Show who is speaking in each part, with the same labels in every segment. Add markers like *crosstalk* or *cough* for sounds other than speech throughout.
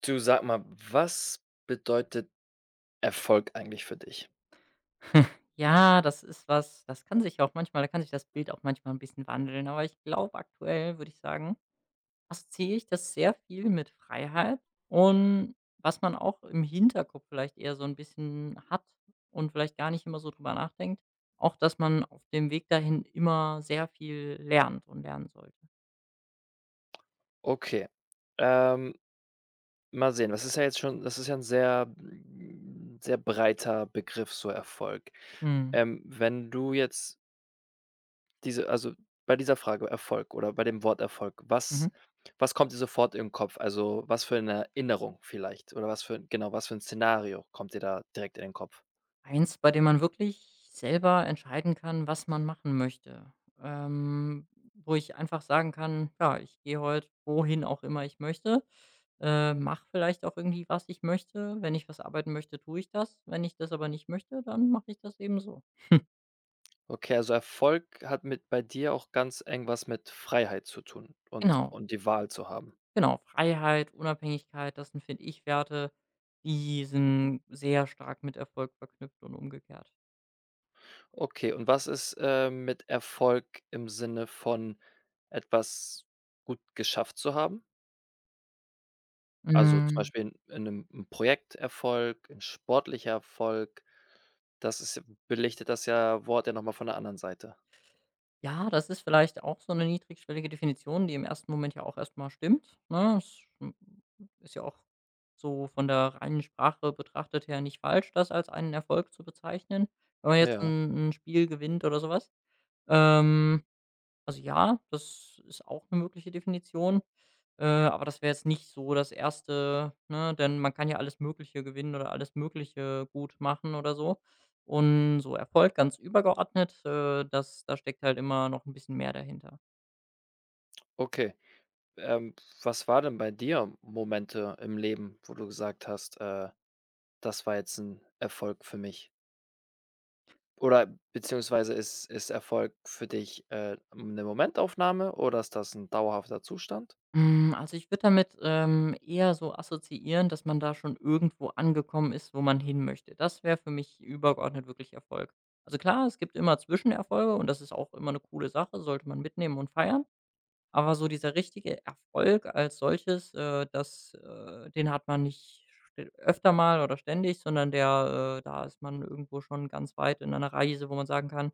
Speaker 1: Du, sag mal, was bedeutet Erfolg eigentlich für dich?
Speaker 2: Hm, ja, das ist was das kann sich auch manchmal da kann sich das Bild auch manchmal ein bisschen wandeln. Aber ich glaube, aktuell würde ich sagen, assoziiere ich das sehr viel mit Freiheit. Und was man auch im Hinterkopf vielleicht eher so ein bisschen hat und vielleicht gar nicht immer so drüber nachdenkt, auch, dass man auf dem Weg dahin immer sehr viel lernt und lernen sollte.
Speaker 1: Okay, ähm, mal sehen. Was ist ja jetzt schon Das ist ja ein sehr sehr breiter Begriff, so Erfolg.
Speaker 2: Mhm.
Speaker 1: Wenn du jetzt diese also, bei dieser Frage Erfolg oder bei dem Wort Erfolg,
Speaker 2: Mhm.
Speaker 1: was kommt dir sofort in den Kopf? Also, was für eine Erinnerung vielleicht oder was für was für ein Szenario kommt dir da direkt in den Kopf?
Speaker 2: Eins, bei dem man wirklich selber entscheiden kann, was man machen möchte. Ähm, Wo ich einfach sagen kann: „Ja, ich gehe heute wohin auch immer ich möchte, mache vielleicht auch irgendwie, was ich möchte. Wenn ich was arbeiten möchte, tue ich das. Wenn ich das aber nicht möchte, dann mache ich das eben so.“
Speaker 1: Okay, also Erfolg hat mit bei dir auch ganz eng was mit Freiheit zu tun und
Speaker 2: Genau,
Speaker 1: und die Wahl zu haben.
Speaker 2: genau. Freiheit, Unabhängigkeit, das sind, finde ich, Werte, die sind sehr stark mit Erfolg verknüpft und umgekehrt.
Speaker 1: Okay, und was ist, mit Erfolg im Sinne von etwas gut geschafft zu haben? Also, zum
Speaker 2: Mhm.
Speaker 1: Beispiel in 'nem 'n Projekterfolg, 'n sportlicher Erfolg. Das ist belichtet das ja Wort ja noch mal von der anderen Seite.
Speaker 2: Ja, das ist vielleicht auch so eine niedrigschwellige Definition, die im ersten Moment ja auch erstmal stimmt, ne? Es m Ist ja auch so von der reinen Sprache betrachtet her nicht falsch, das als einen Erfolg zu bezeichnen, wenn man jetzt
Speaker 1: Ja,
Speaker 2: ein 'n Spiel gewinnt oder sowas. Ähm also ja, das ist auch eine mögliche Definition, aber das wäre jetzt nicht so das Erste, ne? Denn man kann ja alles Mögliche gewinnen oder alles Mögliche gut machen oder so. Und so Erfolg ganz übergeordnet, das da steckt halt immer noch ein bisschen mehr dahinter.
Speaker 1: okay. Ähm, Was war denn bei dir Momente im Leben, wo du gesagt hast: Das war jetzt ein Erfolg für mich?“ Oder beziehungsweise ist Erfolg für dich, 'ne Momentaufnahme oder ist das ein dauerhafter Zustand?
Speaker 2: Also ich würde damit, eher so assoziieren, dass man da schon irgendwo angekommen ist, wo man hin möchte. Das wäre für mich übergeordnet wirklich Erfolg. Also klar, es gibt immer Zwischenerfolge und das ist auch immer eine coole Sache, sollte man mitnehmen und feiern. Aber so dieser richtige Erfolg als solches, das den hat man nicht st öfter mal oder ständig, sondern der da ist man irgendwo schon ganz weit in einer Reise, wo man sagen kann: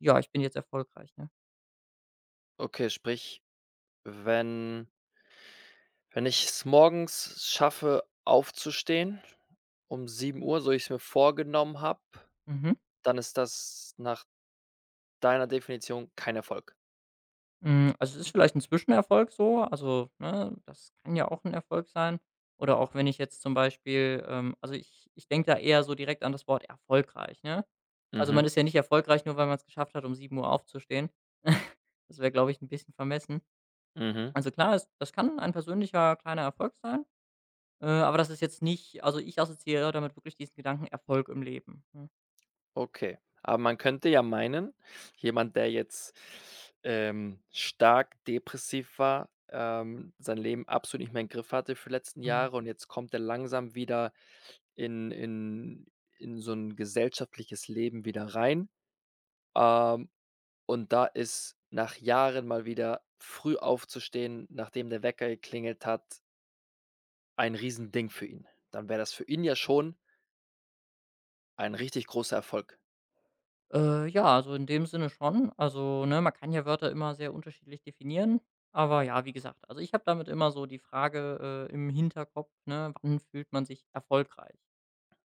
Speaker 2: „Ja, ich bin jetzt erfolgreich“, ne?
Speaker 1: Okay, sprich, wenn wenn ich es morgens schaffe, aufzustehen um sieben Uhr, so ich es mir vorgenommen habe,
Speaker 2: Mhm.
Speaker 1: dann ist das nach deiner Definition kein Erfolg.
Speaker 2: Also, es ist vielleicht ein Zwischenerfolg so, also, ne, das kann ja auch ein Erfolg sein. Oder auch wenn ich jetzt zum Beispiel, also, ich denke da eher so direkt an das Wort erfolgreich, ne? Also, man
Speaker 1: Mhm,
Speaker 2: ist ja nicht erfolgreich, nur weil man es geschafft hat, um sieben Uhr aufzustehen. *laughs* Das wäre, glaube ich, ein bisschen vermessen.
Speaker 1: mhm.
Speaker 2: Also klar, es das kann ein persönlicher kleiner Erfolg sein, aber das ist jetzt nicht also ich assoziiere damit wirklich diesen Gedanken Erfolg im Leben, ne?
Speaker 1: Okay, aber man könnte ja meinen, jemand, der jetzt, stark depressiv war, sein Leben absolut nicht mehr in den Griff hatte für die letzten
Speaker 2: Mhm.
Speaker 1: Jahre und jetzt kommt er langsam wieder in in in so ein gesellschaftliches Leben wieder rein, ähm, und da ist nach Jahren mal wieder früh aufzustehen, nachdem der Wecker geklingelt hat, ein Riesending für ihn. Dann wäre das für ihn ja schon ein richtig großer Erfolg.
Speaker 2: Ja, also in dem Sinne schon. Also, ne, man kann ja Wörter immer sehr unterschiedlich definieren, aber ja, wie gesagt, also ich habe damit immer so die Frage, im Hinterkopf, ne, wann fühlt man sich erfolgreich?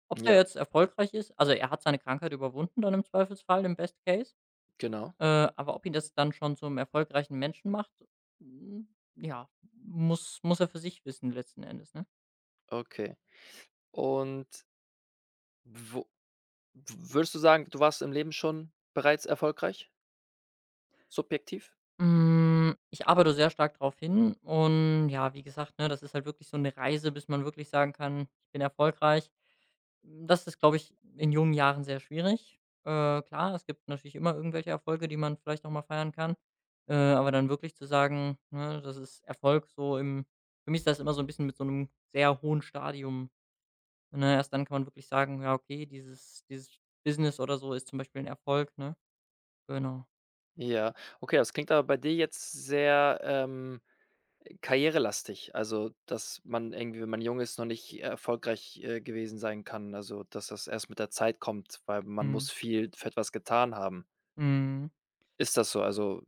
Speaker 2: Ob der
Speaker 1: Ja,
Speaker 2: jetzt erfolgreich ist also er hat seine Krankheit überwunden dann im Zweifelsfall, im Best Case.
Speaker 1: genau.
Speaker 2: Äh, aber ob ihn das dann schon zum erfolgreichen Menschen macht, hm, ja, muss er für sich wissen letzten Endes, ne?
Speaker 1: Okay. Und Wo w würdest du sagen, du warst im Leben schon bereits erfolgreich, subjektiv?
Speaker 2: Ich arbeite sehr stark darauf hin und ja, wie gesagt, ne, das ist halt wirklich so eine Reise, bis man wirklich sagen kann: „Ich bin erfolgreich.“ Das ist, glaube ich, in jungen Jahren sehr schwierig. Klar, es gibt natürlich immer irgendwelche Erfolge, die man vielleicht noch mal feiern kann, aber dann wirklich zu sagen, ne, das ist Erfolg so im für mich ist das immer so ein bisschen mit so einem sehr hohen Stadium. Ne, erst dann kann man wirklich sagen: „Ja, okay, dieses Business oder so ist zum Beispiel ein Erfolg“, ne? Genau.
Speaker 1: Ja, okay, das klingt aber bei dir jetzt sehr, karrierelastig, also, dass man irgendwie, wenn man jung ist, noch nicht erfolgreich, gewesen sein kann, also, dass das erst mit der Zeit kommt, weil man muss
Speaker 2: Mhm.
Speaker 1: viel für etwas getan haben.
Speaker 2: Mhm.
Speaker 1: Ist das so? Also,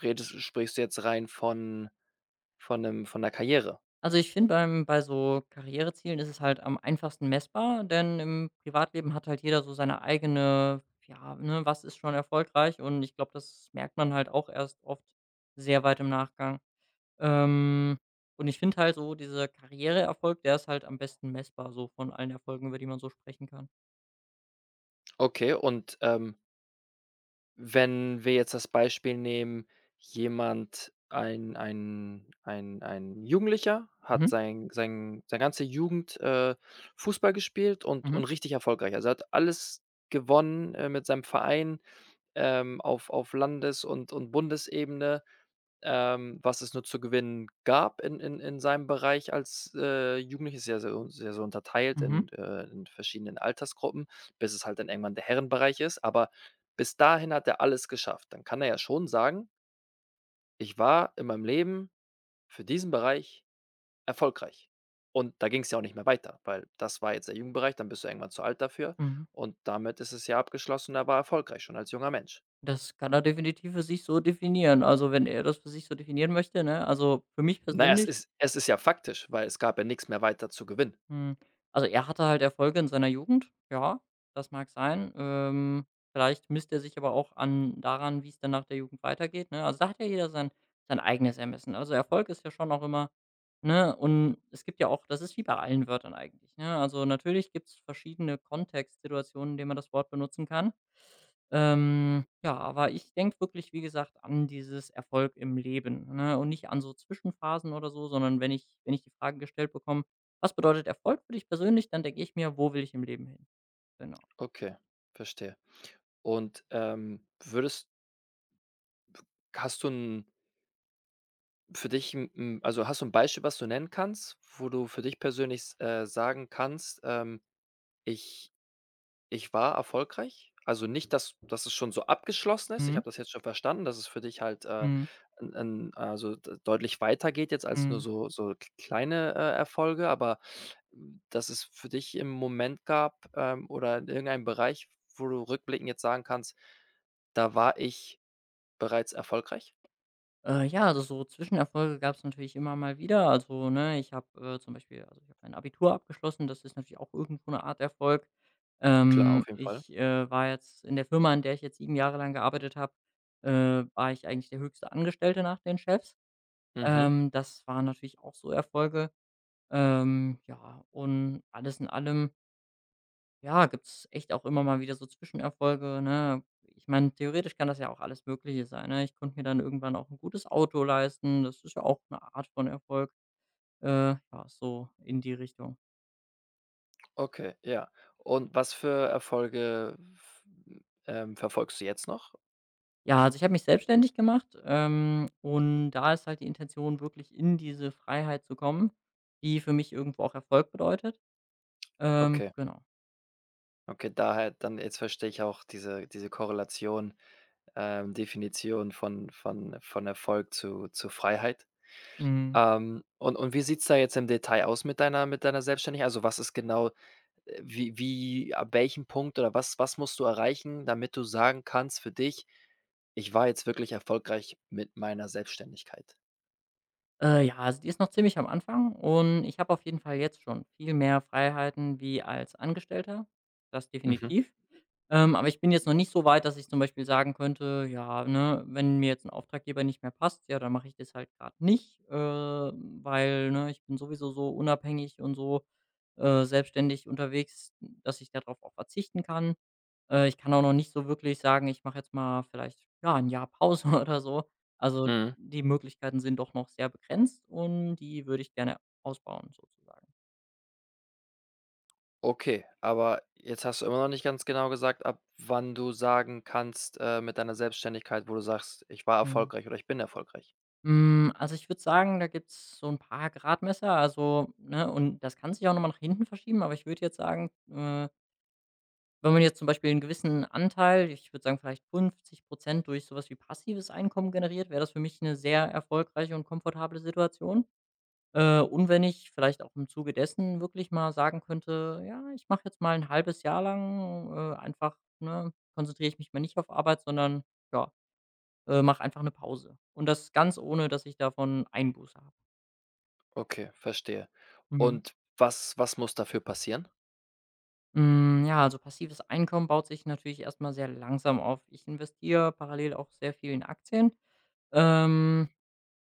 Speaker 1: redest sprichst du jetzt rein von der Karriere?
Speaker 2: Also, ich finde bei so Karrierezielen ist es halt am einfachsten messbar, denn im Privatleben hat halt jeder so seine eigene ja, ne, was ist schon erfolgreich? Und ich glaube, das merkt man halt auch erst oft sehr weit im Nachgang. Ähm, und ich finde halt so, dieser Karriereerfolg, der ist halt am besten messbar so von allen Erfolgen, über die man so sprechen kann.
Speaker 1: Okay, und, wenn wir jetzt das Beispiel nehmen, jemand ein Jugendlicher hat
Speaker 2: Mhm.
Speaker 1: seine ganze Jugend, Fußball gespielt
Speaker 2: Mhm.
Speaker 1: und richtig erfolgreich. Also, er hat alles gewonnen, mit seinem Verein, auf Landes und Bundesebene, was es nur zu gewinnen gab in seinem Bereich als, Jugendlicher. Ist ja so, ist ja so unterteilt
Speaker 2: Mhm.
Speaker 1: in verschiedenen Altersgruppen, bis es halt dann irgendwann der Herrenbereich ist. Aber bis dahin hat er alles geschafft. Dann kann er ja schon sagen: „Ich war in meinem Leben für diesen Bereich erfolgreich.“ Und da ging es ja auch nicht mehr weiter, weil das war jetzt der Jugendbereich, dann bist du irgendwann zu alt dafür
Speaker 2: Mhm.
Speaker 1: und damit ist es ja abgeschlossen. Er war erfolgreich schon als junger Mensch.
Speaker 2: Das kann er definitiv für sich so definieren. Also, wenn er das für sich so definieren möchte, ne? Also, für mich
Speaker 1: Na ja, es
Speaker 2: persönlich
Speaker 1: ist es ist ja faktisch, weil es gab ja nichts mehr weiter zu gewinnen.
Speaker 2: hm, also, er hatte halt Erfolge in seiner Jugend, ja, das mag sein. Vielleicht misst er sich aber auch an daran, wie es dann nach der Jugend weitergeht, ne? Also, da hat ja jeder sein eigenes Ermessen. Also, Erfolg ist ja schon auch immer ne, und es gibt ja auch das ist wie bei allen Wörtern eigentlich, ne? Also, natürlich gibt es verschiedene Kontextsituationen, in denen man das Wort benutzen kann. Ja, aber ich denke wirklich, wie gesagt, an dieses Erfolg im Leben, ne, und nicht an so Zwischenphasen oder so, sondern wenn ich die Frage gestellt bekomme: „Was bedeutet Erfolg für dich persönlich?“, dann denke ich mir: „Wo will ich im Leben hin?“ Genau.
Speaker 1: Okay, verstehe. Und, würdest hast du 'n für dich hast du ein Beispiel, was du nennen kannst, wo du für dich persönlich s sagen kannst, ähm, ich Ich war erfolgreich. Also nicht, dass es schon so abgeschlossen ist. Ich habe
Speaker 2: Mhm.
Speaker 1: das jetzt schon verstanden, dass es für dich halt,
Speaker 2: Mhm.
Speaker 1: 'n 'n also d deutlich weitergeht jetzt als nur
Speaker 2: Mhm.
Speaker 1: so k kleine, Erfolge, aber m, dass es für dich im Moment gab, oder in irgendeinem Bereich, wo du rückblickend jetzt sagen kannst: „Da war ich bereits erfolgreich?“
Speaker 2: Ja, also so Zwischenerfolge gab es natürlich immer mal wieder. Also, ne, ich habe, zum Beispiel also, ich habe mein Abitur abgeschlossen, das ist natürlich auch irgendwo eine Art Erfolg.
Speaker 1: Klar, auf jeden Fall.
Speaker 2: War jetzt in der Firma, in der ich jetzt 7 Jahre lang gearbeitet habe, war ich eigentlich der höchste Angestellte nach den Chefs.
Speaker 1: Mhm.
Speaker 2: Das waren natürlich auch so Erfolge. Ja, und alles in allem ja, gibt's echt auch immer mal wieder so Zwischenerfolge, ne? Ich meine, theoretisch kann das ja auch alles Mögliche sein, ne? Ich konnte mir dann irgendwann auch ein gutes Auto leisten. Das ist ja auch eine Art von Erfolg. Ja, so in die Richtung.
Speaker 1: Okay, ja. Und was für Erfolge f verfolgst du jetzt noch?
Speaker 2: Ja, also ich habe mich selbstständig gemacht, und da ist halt die Intention, wirklich in diese Freiheit zu kommen, die für mich irgendwo auch Erfolg bedeutet.
Speaker 1: Okay.
Speaker 2: Genau.
Speaker 1: Okay, daher dann jetzt verstehe ich auch diese Korrelation, Definition von Erfolg zu Freiheit.
Speaker 2: Mhm.
Speaker 1: Und wie sieht's da jetzt im Detail aus mit deiner Selbstständigkeit? Also, was ist genau, wie wie ab welchem Punkt oder was musst du erreichen, damit du sagen kannst für dich: „Ich war jetzt wirklich erfolgreich mit meiner Selbstständigkeit?“
Speaker 2: Ja, also die ist noch ziemlich am Anfang und ich habe auf jeden Fall jetzt schon viel mehr Freiheiten wie als Angestellter. Das
Speaker 1: Mhm,
Speaker 2: definitiv. Aber ich bin jetzt noch nicht so weit, dass ich zum Beispiel sagen könnte, ja, ne, wenn mir jetzt ein Auftraggeber nicht mehr passt, ja, dann mache ich das halt gerade nicht, weil, ne, ich bin sowieso so unabhängig und so, selbstständig unterwegs, dass ich darauf auch verzichten kann. Ich kann auch noch nicht so wirklich sagen, ich mache jetzt mal vielleicht, ja, ein Jahr Pause *laughs* oder so. Also,
Speaker 1: mhm.
Speaker 2: die Möglichkeiten sind doch noch sehr begrenzt und die würde ich gerne ausbauen sozusagen.
Speaker 1: Okay, aber jetzt hast du immer noch nicht ganz genau gesagt, ab wann du sagen kannst, mit deiner Selbstständigkeit, wo du sagst: „Ich war
Speaker 2: Mhm.
Speaker 1: erfolgreich“ oder „Ich bin erfolgreich“.
Speaker 2: Also, ich würde sagen, da gibt es so ein paar Gradmesser, also, ne, und das kann sich auch nochmal nach hinten verschieben, aber ich würde jetzt sagen, wenn man jetzt zum Beispiel einen gewissen Anteil, ich würde sagen, vielleicht 50 durch sowas wie passives Einkommen generiert, wäre das für mich eine sehr erfolgreiche und komfortable Situation. Und wenn ich vielleicht auch im Zuge dessen wirklich mal sagen könnte: „Ja, ich mache jetzt mal ein halbes Jahr lang, einfach, konzentriere ich mich mal nicht auf Arbeit, sondern, ja, mache einfach eine Pause.“ Und das ganz ohne, dass ich davon Einbuße.
Speaker 1: Okay, verstehe.
Speaker 2: Mhm.
Speaker 1: Und was muss dafür passieren?
Speaker 2: Ja, also passives Einkommen baut sich natürlich erstmal sehr langsam auf. Ich investiere parallel auch sehr viel in Aktien. Ähm,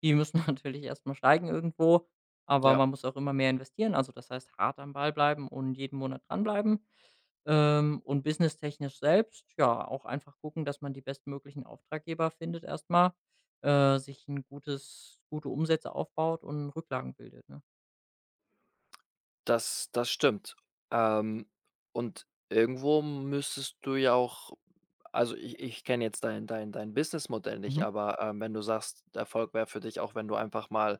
Speaker 2: die müssen *laughs* natürlich erstmal steigen irgendwo, aber
Speaker 1: Ja,
Speaker 2: man muss auch immer mehr investieren. Also, das heißt, hart am Ball bleiben und jeden Monat dranbleiben. Und businesstechnisch selbst, ja, auch einfach gucken, dass man die bestmöglichen Auftraggeber findet erstmal, sich ein gutes gute Umsätze aufbaut und Rücklagen bildet, ne?
Speaker 1: das das stimmt. Ähm, und irgendwo müsstest du ja auch also, ich kenne jetzt dein Businessmodell nicht,
Speaker 2: Mhm.
Speaker 1: aber, wenn du sagst, Erfolg wäre für dich auch, wenn du einfach mal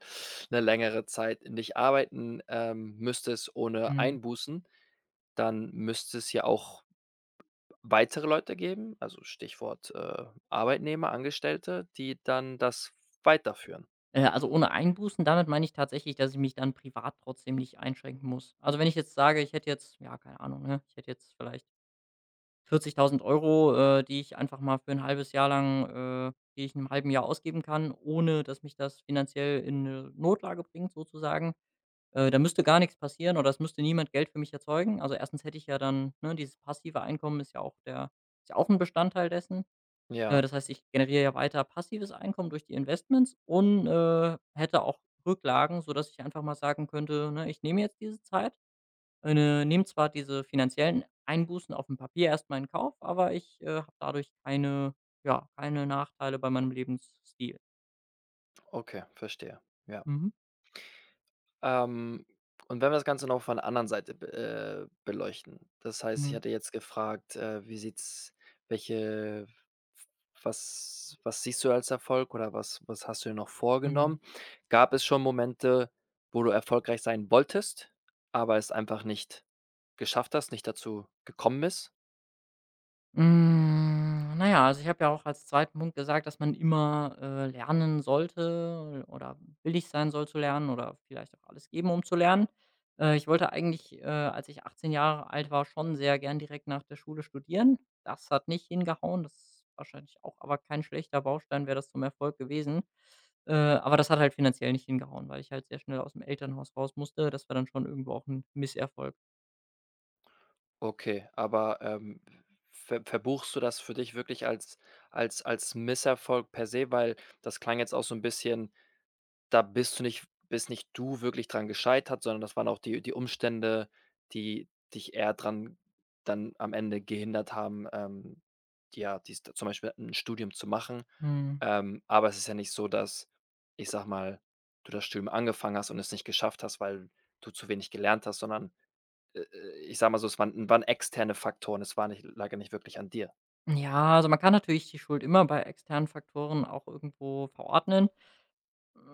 Speaker 1: eine längere Zeit nicht arbeiten, müsstest ohne
Speaker 2: Mhm.
Speaker 1: Einbußen. Dann müsste es ja auch weitere Leute geben, also Stichwort, Arbeitnehmer, Angestellte, die dann das weiterführen.
Speaker 2: Also ohne Einbußen, damit meine ich tatsächlich, dass ich mich dann privat trotzdem nicht einschränken muss. Also wenn ich jetzt sage, ich hätte jetzt, ja, keine Ahnung, ne, ich hätte jetzt vielleicht 40.000 Euro, die ich einfach mal für ein halbes Jahr lang die ich 'n halben Jahr ausgeben kann, ohne dass mich das finanziell in eine Notlage bringt sozusagen. Da müsste gar nichts passieren oder es müsste niemand Geld für mich erzeugen. Also erstens hätte ich ja dann, ne, dieses passive Einkommen ist ja auch der ist ja auch ein Bestandteil dessen. Ja,
Speaker 1: Ja,
Speaker 2: das heißt, ich generiere ja weiter passives Einkommen durch die Investments und, hätte auch Rücklagen, sodass ich einfach mal sagen könnte, ne, ich nehme jetzt diese Zeit, ne, nehme zwar diese finanziellen Einbußen auf dem Papier erstmal in Kauf, aber ich, habe dadurch keine ja, keine Nachteile bei meinem Lebensstil.
Speaker 1: okay, verstehe. Ja.
Speaker 2: Mhm.
Speaker 1: Ähm, und wenn wir das Ganze noch von der anderen Seite be beleuchten. Das heißt, ich
Speaker 2: Mhm,
Speaker 1: hatte jetzt gefragt, wie sieht's welche was siehst du als Erfolg oder was hast du dir noch
Speaker 2: mhm.
Speaker 1: vorgenommen? Gab es schon Momente, wo du erfolgreich sein wolltest, aber es einfach nicht geschafft hast, nicht dazu gekommen bist?
Speaker 2: Na ja, also, ich habe ja auch als zweiten Punkt gesagt, dass man immer, lernen sollte oder willig sein soll zu lernen oder vielleicht auch alles geben, um zu lernen. Als ich 18 Jahre alt war, schon sehr gern direkt nach der Schule studieren. Das hat nicht hingehauen. Das ist wahrscheinlich auch aber kein schlechter Baustein, wäre das zum Erfolg gewesen. Aber das hat halt finanziell nicht hingehauen, weil ich halt sehr schnell aus dem Elternhaus raus musste. Das war dann schon irgendwo auch ein Misserfolg.
Speaker 1: Okay, aber, verbuchst du das für dich wirklich als Misserfolg per se? Weil das klang jetzt auch so ein bisschen Da bist du nicht bist nicht du wirklich dran gescheitert, sondern das waren auch die Umstände, die dich eher dran dann am Ende gehindert haben, ja, dies zum Beispiel ein Studium zu machen.
Speaker 2: Mhm.
Speaker 1: Aber es ist ja nicht so, dass, ich sag mal, du das Studium angefangen hast und es nicht geschafft hast, weil du zu wenig gelernt hast, sondern, ich sage mal so, es waren externe Faktoren. Es war nicht, lag ja nicht wirklich an dir.
Speaker 2: Ja, also man kann natürlich die Schuld immer bei externen Faktoren auch irgendwo verordnen.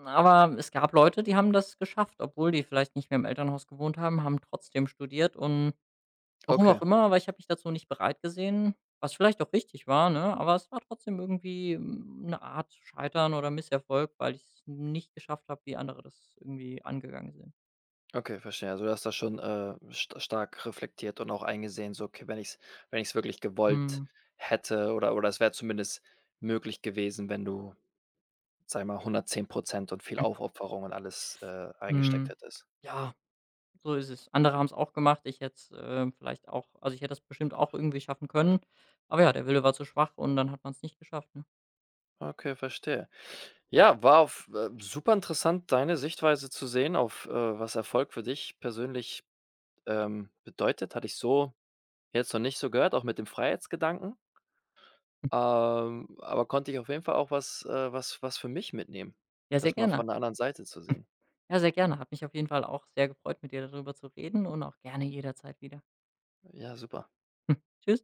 Speaker 2: Aber es gab Leute, die haben das geschafft, obwohl die vielleicht nicht mehr im Elternhaus gewohnt haben, haben trotzdem studiert und warum
Speaker 1: Okay.
Speaker 2: auch immer, aber ich habe mich dazu nicht bereit gesehen, was vielleicht auch richtig war, ne? Aber es war trotzdem irgendwie 'ne Art Scheitern oder Misserfolg, weil ich es nicht geschafft habe, wie andere das irgendwie angegangen sind.
Speaker 1: Okay, verstehe. Also, du hast das schon, st stark reflektiert und auch eingesehen, so: „Okay, wenn ich's wirklich gewollt
Speaker 2: Mhm,
Speaker 1: hätte oder es wäre zumindest möglich gewesen, wenn du, sage ich mal, 110 und viel Aufopferung und alles, reingesteckt
Speaker 2: mhm.
Speaker 1: hättest.“
Speaker 2: Ja. So ist es. Andere haben es auch gemacht. Ich hätte es, vielleicht auch also, ich hätte das bestimmt auch irgendwie schaffen können. Aber ja, der Wille war zu schwach und dann hat man es nicht geschafft, ne?
Speaker 1: Okay, verstehe. Ja, war auf, superinteressant, deine Sichtweise zu sehen auf, was Erfolg für dich persönlich, bedeutet. Hatte ich so jetzt noch nicht so gehört, auch mit dem Freiheitsgedanken. Aber konnte ich auf jeden Fall auch was, was für mich mitnehmen,
Speaker 2: Ja, sehr
Speaker 1: das mal
Speaker 2: gerne.
Speaker 1: von der anderen Seite zu
Speaker 2: *laughs*
Speaker 1: sehen.
Speaker 2: Ja, sehr gerne. Hat mich auf jeden Fall auch sehr gefreut, mit dir darüber zu reden und auch gerne jederzeit wieder.
Speaker 1: Ja, super.
Speaker 2: *laughs* Tschüss.